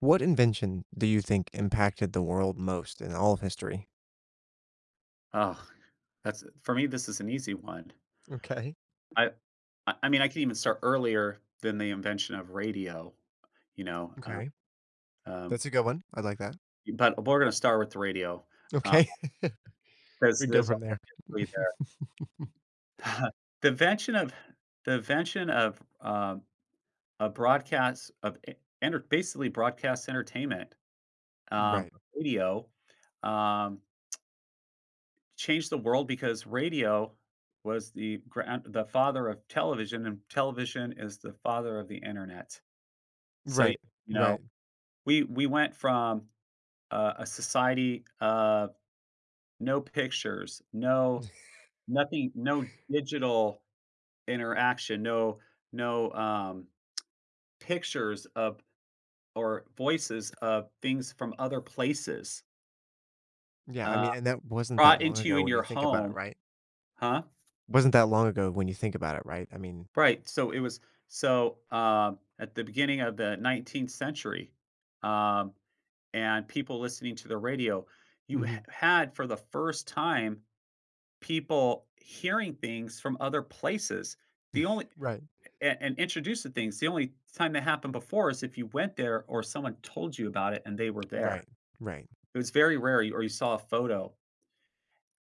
What invention do you think impacted the world most in all of history? Oh, that's for me, this is an easy one. Okay. I I mean, I can even start earlier than the invention of radio, you know, uh, Okay. um, That's a good one. I like that. but we're gonna start with the radio, because Okay. We there's go from obviously there. there The invention of the invention of, a broadcast of e enter basically broadcast entertainment, um, Right. radio, um changed the world because radio was the father of television, and television is the father of the internet. So, Right. know, Right. we went from, a society of no pictures, no nothing, no digital interaction, no, pictures of or voices of things from other places, Yeah, I uh, mean, and that wasn't that brought long into you ago in when you your think about it, home. right? Huh? Wasn't that long ago when you think about it, right? I mean. Right, so it was, at the beginning of the 19th century, um, and people listening to the radio, you ha Mhm. had for the first time people hearing things from other places. The only Right. a and introduced to things, the only time that happened before is if you went there or someone told you about it and they were there. Right. Right. It was very rare you saw a photo.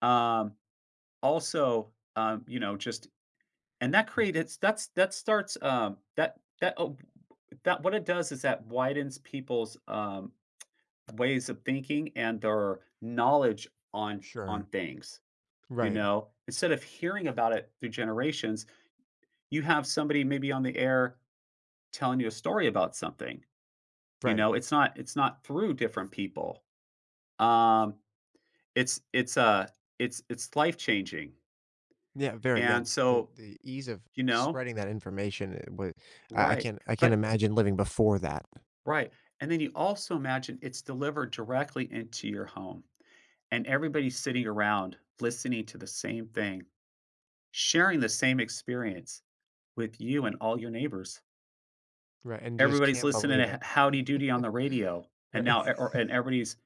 Um, also, you know, just and that created that's that starts, That what it does is that widens people's, ways of thinking and their knowledge on Sure. things, you Right. know? Instead of hearing about it through generations, you have somebody maybe on the air telling you a story about something, you Right. know? It's not through different people. Um, it's it's, uh, it's life-changing, Yeah, very. Yeah, and this, so, the ease of you know? spreading that information it wa Right, I can't but imagine living before that, right, and then you also imagine it's delivered directly into your home, and everybody's sitting around listening to the same thing, sharing the same experience with you and all your neighbors. right? And you just Everybody's can't listening believe to it. Howdy Doody on the radio, and Right, now e- or, and everybody's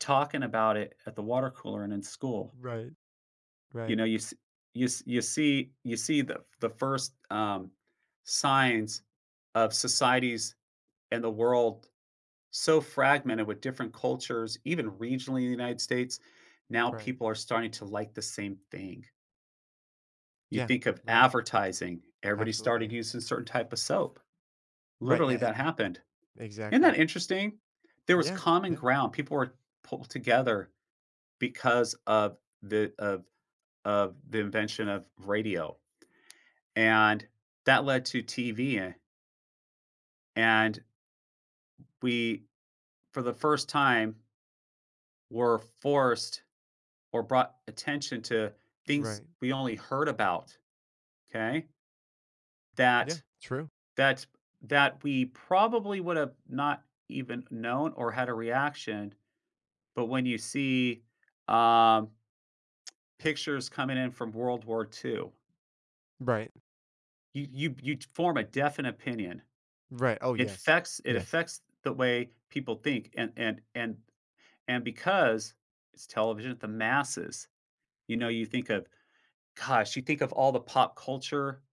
talking about it at the water cooler and in school. right, You right, know, you see the first signs of societies and the world so fragmented with different cultures, even regionally in the United States. Now right. people are starting to like the same thing. You Yeah, think of right. advertising, everybody Absolutely, started yeah. using certain type of soap. Right, Literally, yeah, it that happened. Isn't exactly. that interesting? There was Yeah, common yeah, ground. People were pulled together because of the invention of radio, and that led to TV, and we, for the first time, were forced or brought attention to things right. we only heard about. Okay, Yeah, That true. That's that we probably would have not even known or had a reaction, but when you see, um, pictures coming in from World War II, Right, you form a definite opinion. right. Oh, It yes, affects it yes, affects the way people think, and because it's television, the masses, you know, you think of gosh, you think of all the pop culture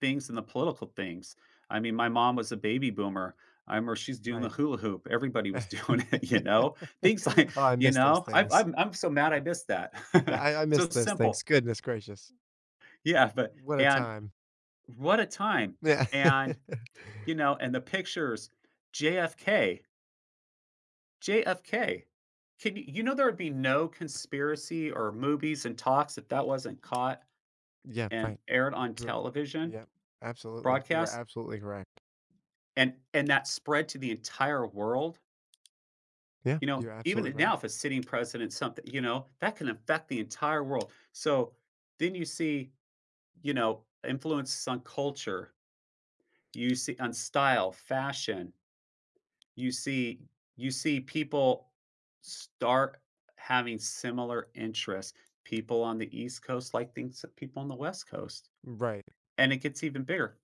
things and the political things. I mean, my mom was a baby boomer. I remember she's doing the right. hula hoop. Everybody was doing it, you Oh, know? Things like, I miss those things. I'm so mad I missed that. Yeah, I miss So those things. simple. Goodness gracious. Yeah. But, What a and time. what a time. Yeah. And, you know, and the pictures, JFK, JFK. Can you, you know, there would be no conspiracy or movies and talks if that wasn't caught Yeah, and right. aired on But television yeah, absolutely. You're broadcast, absolutely correct. and that spread to the entire world. Yeah, You know, you're absolutely even right. now, if a sitting president, something, you know, that can affect the entire world. So then you see, you know, influences on culture, you see on style, fashion, you see, you see people start having similar interests. People on the East Coast like things that people on the West Coast. Right. And it gets even bigger.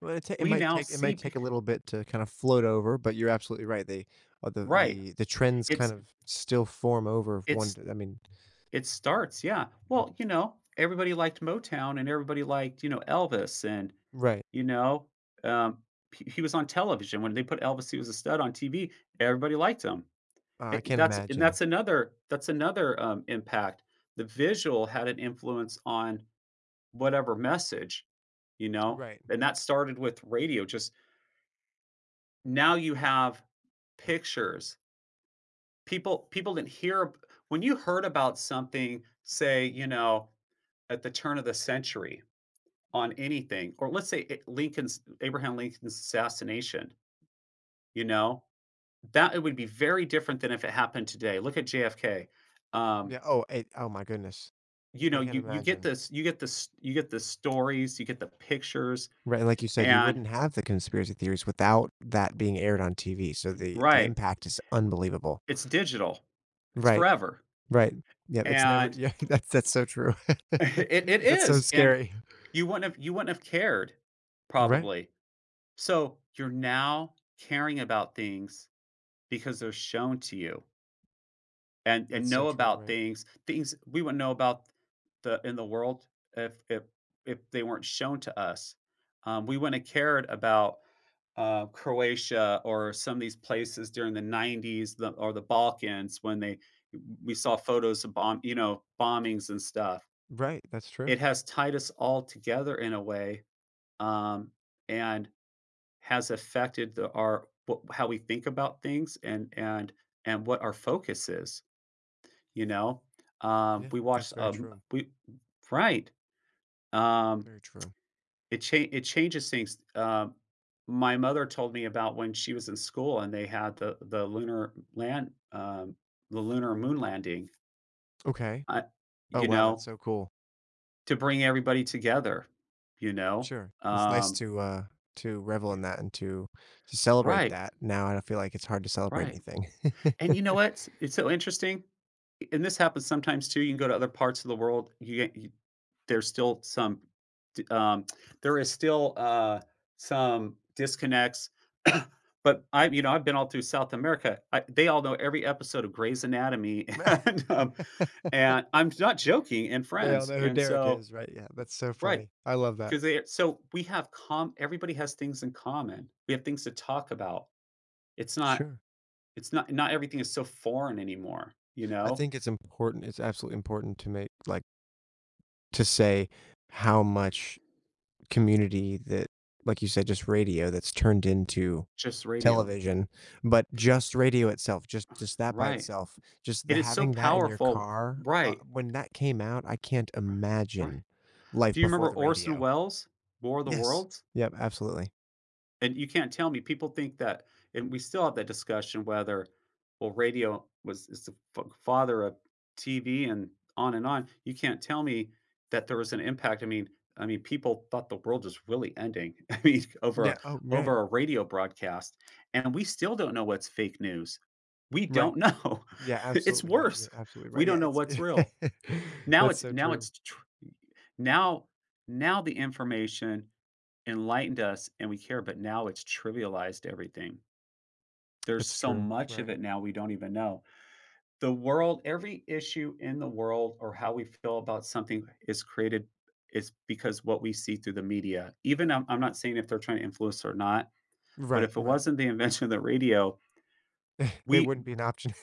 Well, it, ta- it We might now take it see might take a pic- little bit to kind of float over, but you're absolutely right. They right. The trends kind It's of still form over of one. it's I mean, it starts, yeah. Well, you know, everybody liked Motown and everybody liked, you know, Elvis and, right. you know, um, he was on television. When they put Elvis, he was a stud on TV, everybody liked him. I can't That's and imagine. That's another impact. The visual had an influence on whatever message, you know, Right. and that started with radio. Just now you have pictures. People people didn't hear ab- when you heard about something, say, you know, at the turn of the century on anything, or let's say, Lincoln's Abraham Lincoln's assassination, you know, that it would be very different than if it happened today. Look at JFK. Um, Yeah. Oh. Oh my goodness. you I know, can't imagine. You get the stories, you get the pictures, Right. And like you said, you and wouldn't have the conspiracy theories without that being aired on TV. So the right, impact is unbelievable. it's digital, it's Right. forever, Right. Yeah, it's never, and yeah, that's so true. it That's so is, and scary. You wouldn't have cared Right. probably. So you're now caring about things because they're shown to you and That's so know true, about right. Things we wouldn't know about the in the world if they weren't shown to us. We wouldn't have cared about Croatia or some of these places during the '90s or the Balkans when they we saw photos of bombings and stuff. Right, that's true. It has tied us all together in a way, um, and has affected our how we think about things and what our focus is. You know? Yeah, We that's watched, very true, we Right. Um, very true. It changes things. My mother told me about when she was in school and they had the lunar land the lunar moon landing, Okay. I Oh, you wow, that's know, so cool. to bring everybody together, you know? Sure. It's nice Um, to revel in that and to celebrate right, that. Now I don't feel like it's hard to celebrate right. anything. And you know what? It's so interesting, and this happens sometimes too, you can go to other parts of the world, you get you there's still some d there is still, some disconnects, but I you know, I've been all through South America. I they all know every episode of Grey's Anatomy, and, I'm not joking, and They all Friends, know who and Derek so is, right? Yeah, that's so right, funny. I love that. because they so we have com everybody has things in common. We have things to talk about. It's not Sure. it's not not everything is so foreign anymore, you I know? think it's absolutely important to make, like, to say how much community that, like you said, just radio that's turned into Just radio. television, but just radio itself, just that by Right. itself, just the It is so having that in your powerful. car, Right, when that came out, I can't right. imagine life Do you before remember the Orson radio. Welles' War of the Yes. Worlds? Yep, absolutely. And you can't tell me people think that, and we still have that discussion whether, well, radio was is the f father of TV and on and on. You can't tell me that there was an impact. I mean, people thought the world was really ending, I mean, over a Yeah, oh, right, over a radio broadcast, and we still don't know what's fake news. We right. don't know. Yeah, It's absolutely not. worse. You're absolutely We right. Yeah, don't know it's what's real. That's so Now true. it's tr now now the information enlightened us and we care, but now it's trivialized everything. There's That's so true. much of Right. it now we don't even know. The world, every issue in the world or how we feel about something is because what we see through the media. Even I'm not saying if they're trying to influence or not, but Right, if it right. wasn't the invention of the radio, They we wouldn't be an option.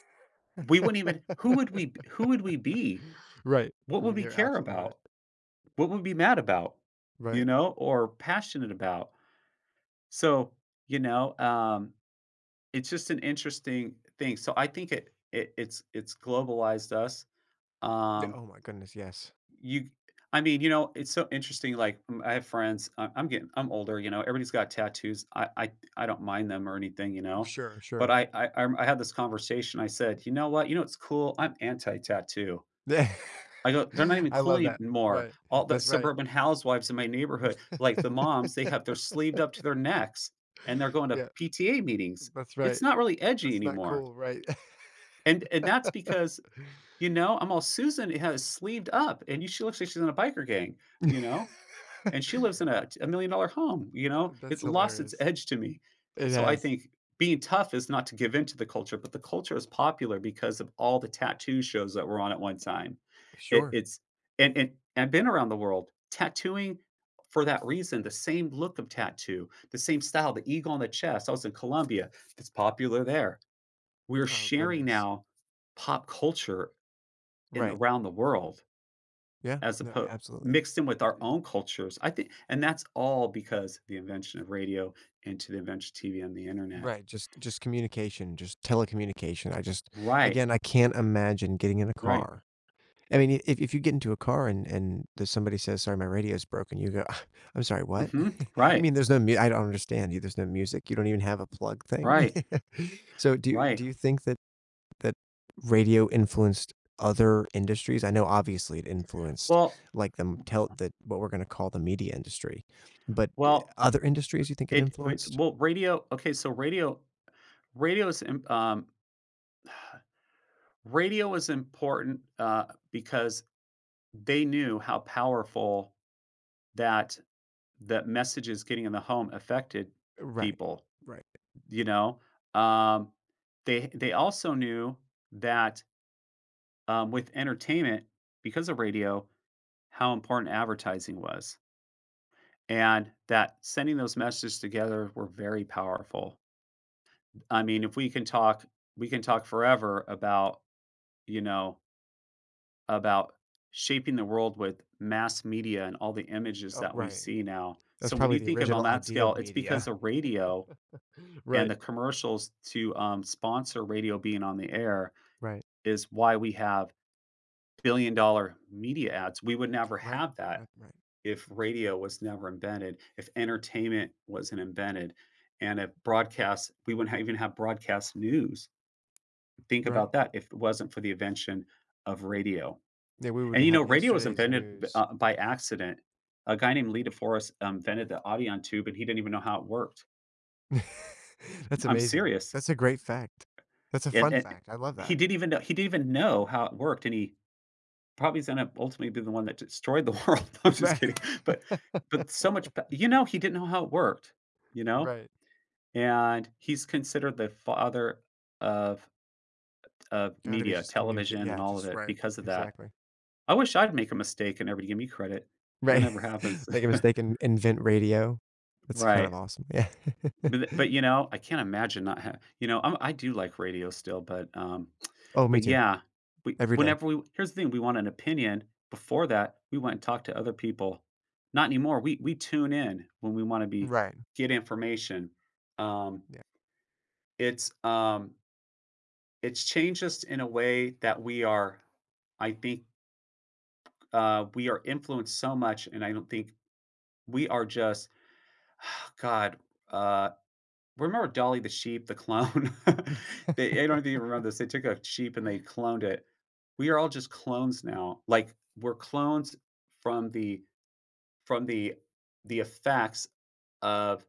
we wouldn't even who would we be? Right. What would we You're care absolutely right. about? What would we be mad about? You Right. know, or passionate about? So, you know, um, it's just an interesting thing. So I think it's globalized us. Yeah. Um, Oh my goodness, yes. you I mean, you know, it's so interesting, like, mm, I have friends, I I'm getting I'm older, you know, everybody's got tattoos. I don't mind them or anything, you know, Sure, but sure. I had this conversation, I said, "You know what? You know it's cool? I'm anti-tattoo." Yeah. I go, "They're not even I cool love that. anymore." Right. All the That's right. suburban housewives in my neighborhood, like the moms, they're sleeved up to their necks, and they're going to Yeah, PTA meetings. that's right. It's not really edgy That's not anymore. cool, right? And that's because, you know, I'm all, "Susan has sleeved up, and you she looks like she's in a biker gang," you know? Uh, And she lives in a million-dollar home, you know? that's It lost its hilarious. edge to me. It So I has. think being tough is not to give in to the culture, but the culture is popular because of all the tattoo shows that were on at one time. It Sure. it's and I've been around the world tattooing for that reason, the same look of tattoo, the same style, the eagle on the chest. I was in Colombia. It's popular there. We're Oh sharing goodness. now pop culture in Right. around the world, Yeah. as No, yeah, opposed absolutely. mixed in with our own cultures. I think and that's all because of the invention of radio and to the invention of TV and the Internet. Right, just communication, just telecommunication. I just Right, again, I can't imagine getting in a right. car I mean, if you get into a car and there's somebody says, "Sorry, my radio's broken," you go, "Ah, "I'm sorry, what? Mhm. You Right, mean there's no mu I don't understand you. There's no music. You don't even have a plug thing?" right, So right. do you think that that radio influenced other industries? I know obviously it influenced, Well like, the m tel the what we're gonna call the media industry, but, eh, well, other industries you think it it influenced? well, radio okay, so radio radio is im Radio is important, because they knew how powerful that the messages getting in the home affected Right. people, Right. you know? Um, they also knew that with entertainment, because of radio, how important advertising was, and that sending those messages together were very powerful. I mean, if we can talk we can talk forever about, you know, about shaping the world with mass media and all the images Oh, that we right. see now. That's So when probably you the think of on original that idea scale, of it's because media. of radio and Right. the commercials to, sponsor radio being on the air Right. is why we have billion-dollar media ads. We would never Right. have that Right. Right. if radio was never invented, if entertainment wasn't invented, and if broadcast we wouldn't ha even have broadcast news. Think Right. about that if it wasn't for the invention of radio. Yeah, we would And, you know, have radio was yesterday's invented b news. By accident. A guy named Lee DeForest, invented the audion tube, and he didn't even know how it worked. That's I'm amazing. serious. That's a great fact. That's a And fun and fact. I love that. He didn't even know how it worked, and he probably is gonna ultimately be the one that destroyed the world. No, I'm just Right. kidding, but but so much b you know, he didn't know how it worked, you know? Right. And he's considered the father of Gotta be media, just communicate television, and yeah, all of just it right. because of that. Exactly. I wish I'd make a mistake and everybody give me credit. That Right. never happens. Make a mistake and invent radio. That's kind of Right. awesome. Yeah. But but, you know, I can't imagine not ha you know, I do like radio still, but. Oh, me But too. yeah, we Every day. whenever we here's the thing, we want an opinion. Before that, we went and talked to other people. Not anymore. We tune in when we want to be Right. get information. Um, Yeah. it's um, it's changed us in a way that we are. I think we are influenced so much, and I don't think we are just God. Uh, Remember Dolly the sheep, the clone? They I don't know you remember this, they took a sheep and they cloned it. We are all just clones now, like, we're clones from the from the the effects of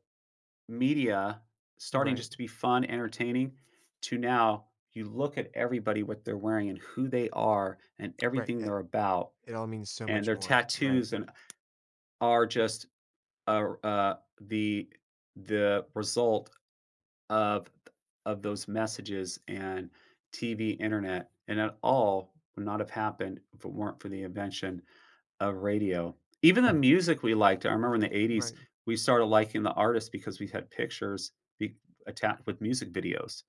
media starting Right. just to be fun, entertaining, to now you look at everybody, what they're wearing and who they are and Right. everything Yeah, they're about, it all means so and much their more. Right. tattoos and are just, uh, uh, the result of those messages and TV, internet, and that all would not have happened if it weren't for the invention of radio. Even the music we liked, I remember in the 80s, Right. we started liking the artists because we had pictures be attached with music videos.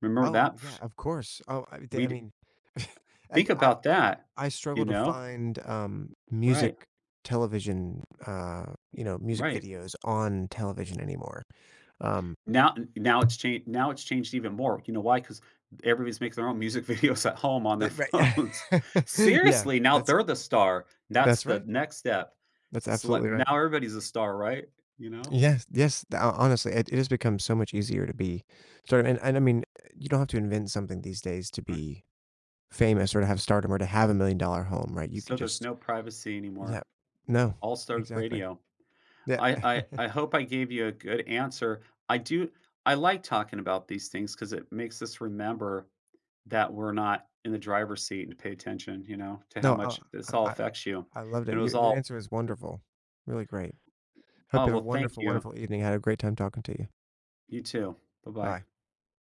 Remember Oh, that? yeah, of course. Oh, I We'd mean, think I. about that, I struggle you to know? find, music Right, television, you know, music right. videos on television anymore. Um, Now it's changed even more. You know why? Because everybody's making their own music videos at home on their that phones. right. Yeah, Seriously, now they're the star. That's that's the right. next step. That's S absolutely select now right. everybody's a star, right? You know? Yes, yes, th ho honestly, it has become so much easier to be sort of, and I mean, you don't have to invent something these days to Uh, be famous or to have stardom or to have a $1,000,000 home, right? You can so there's just, no privacy anymore. yeah. No, All starts with exactly. radio. Yeah. I I I hope I gave you a good answer. I do I like talking about these things because it makes us remember that we're not in the driver's seat and pay attention, you know, to how No, much this all I affects you. I loved it. And it Your was your all. answer was wonderful, really great. Hope Oh, you have a well, thank wonderful, you. wonderful evening. I had a great time talking to you. You too. Bye-bye. Bye.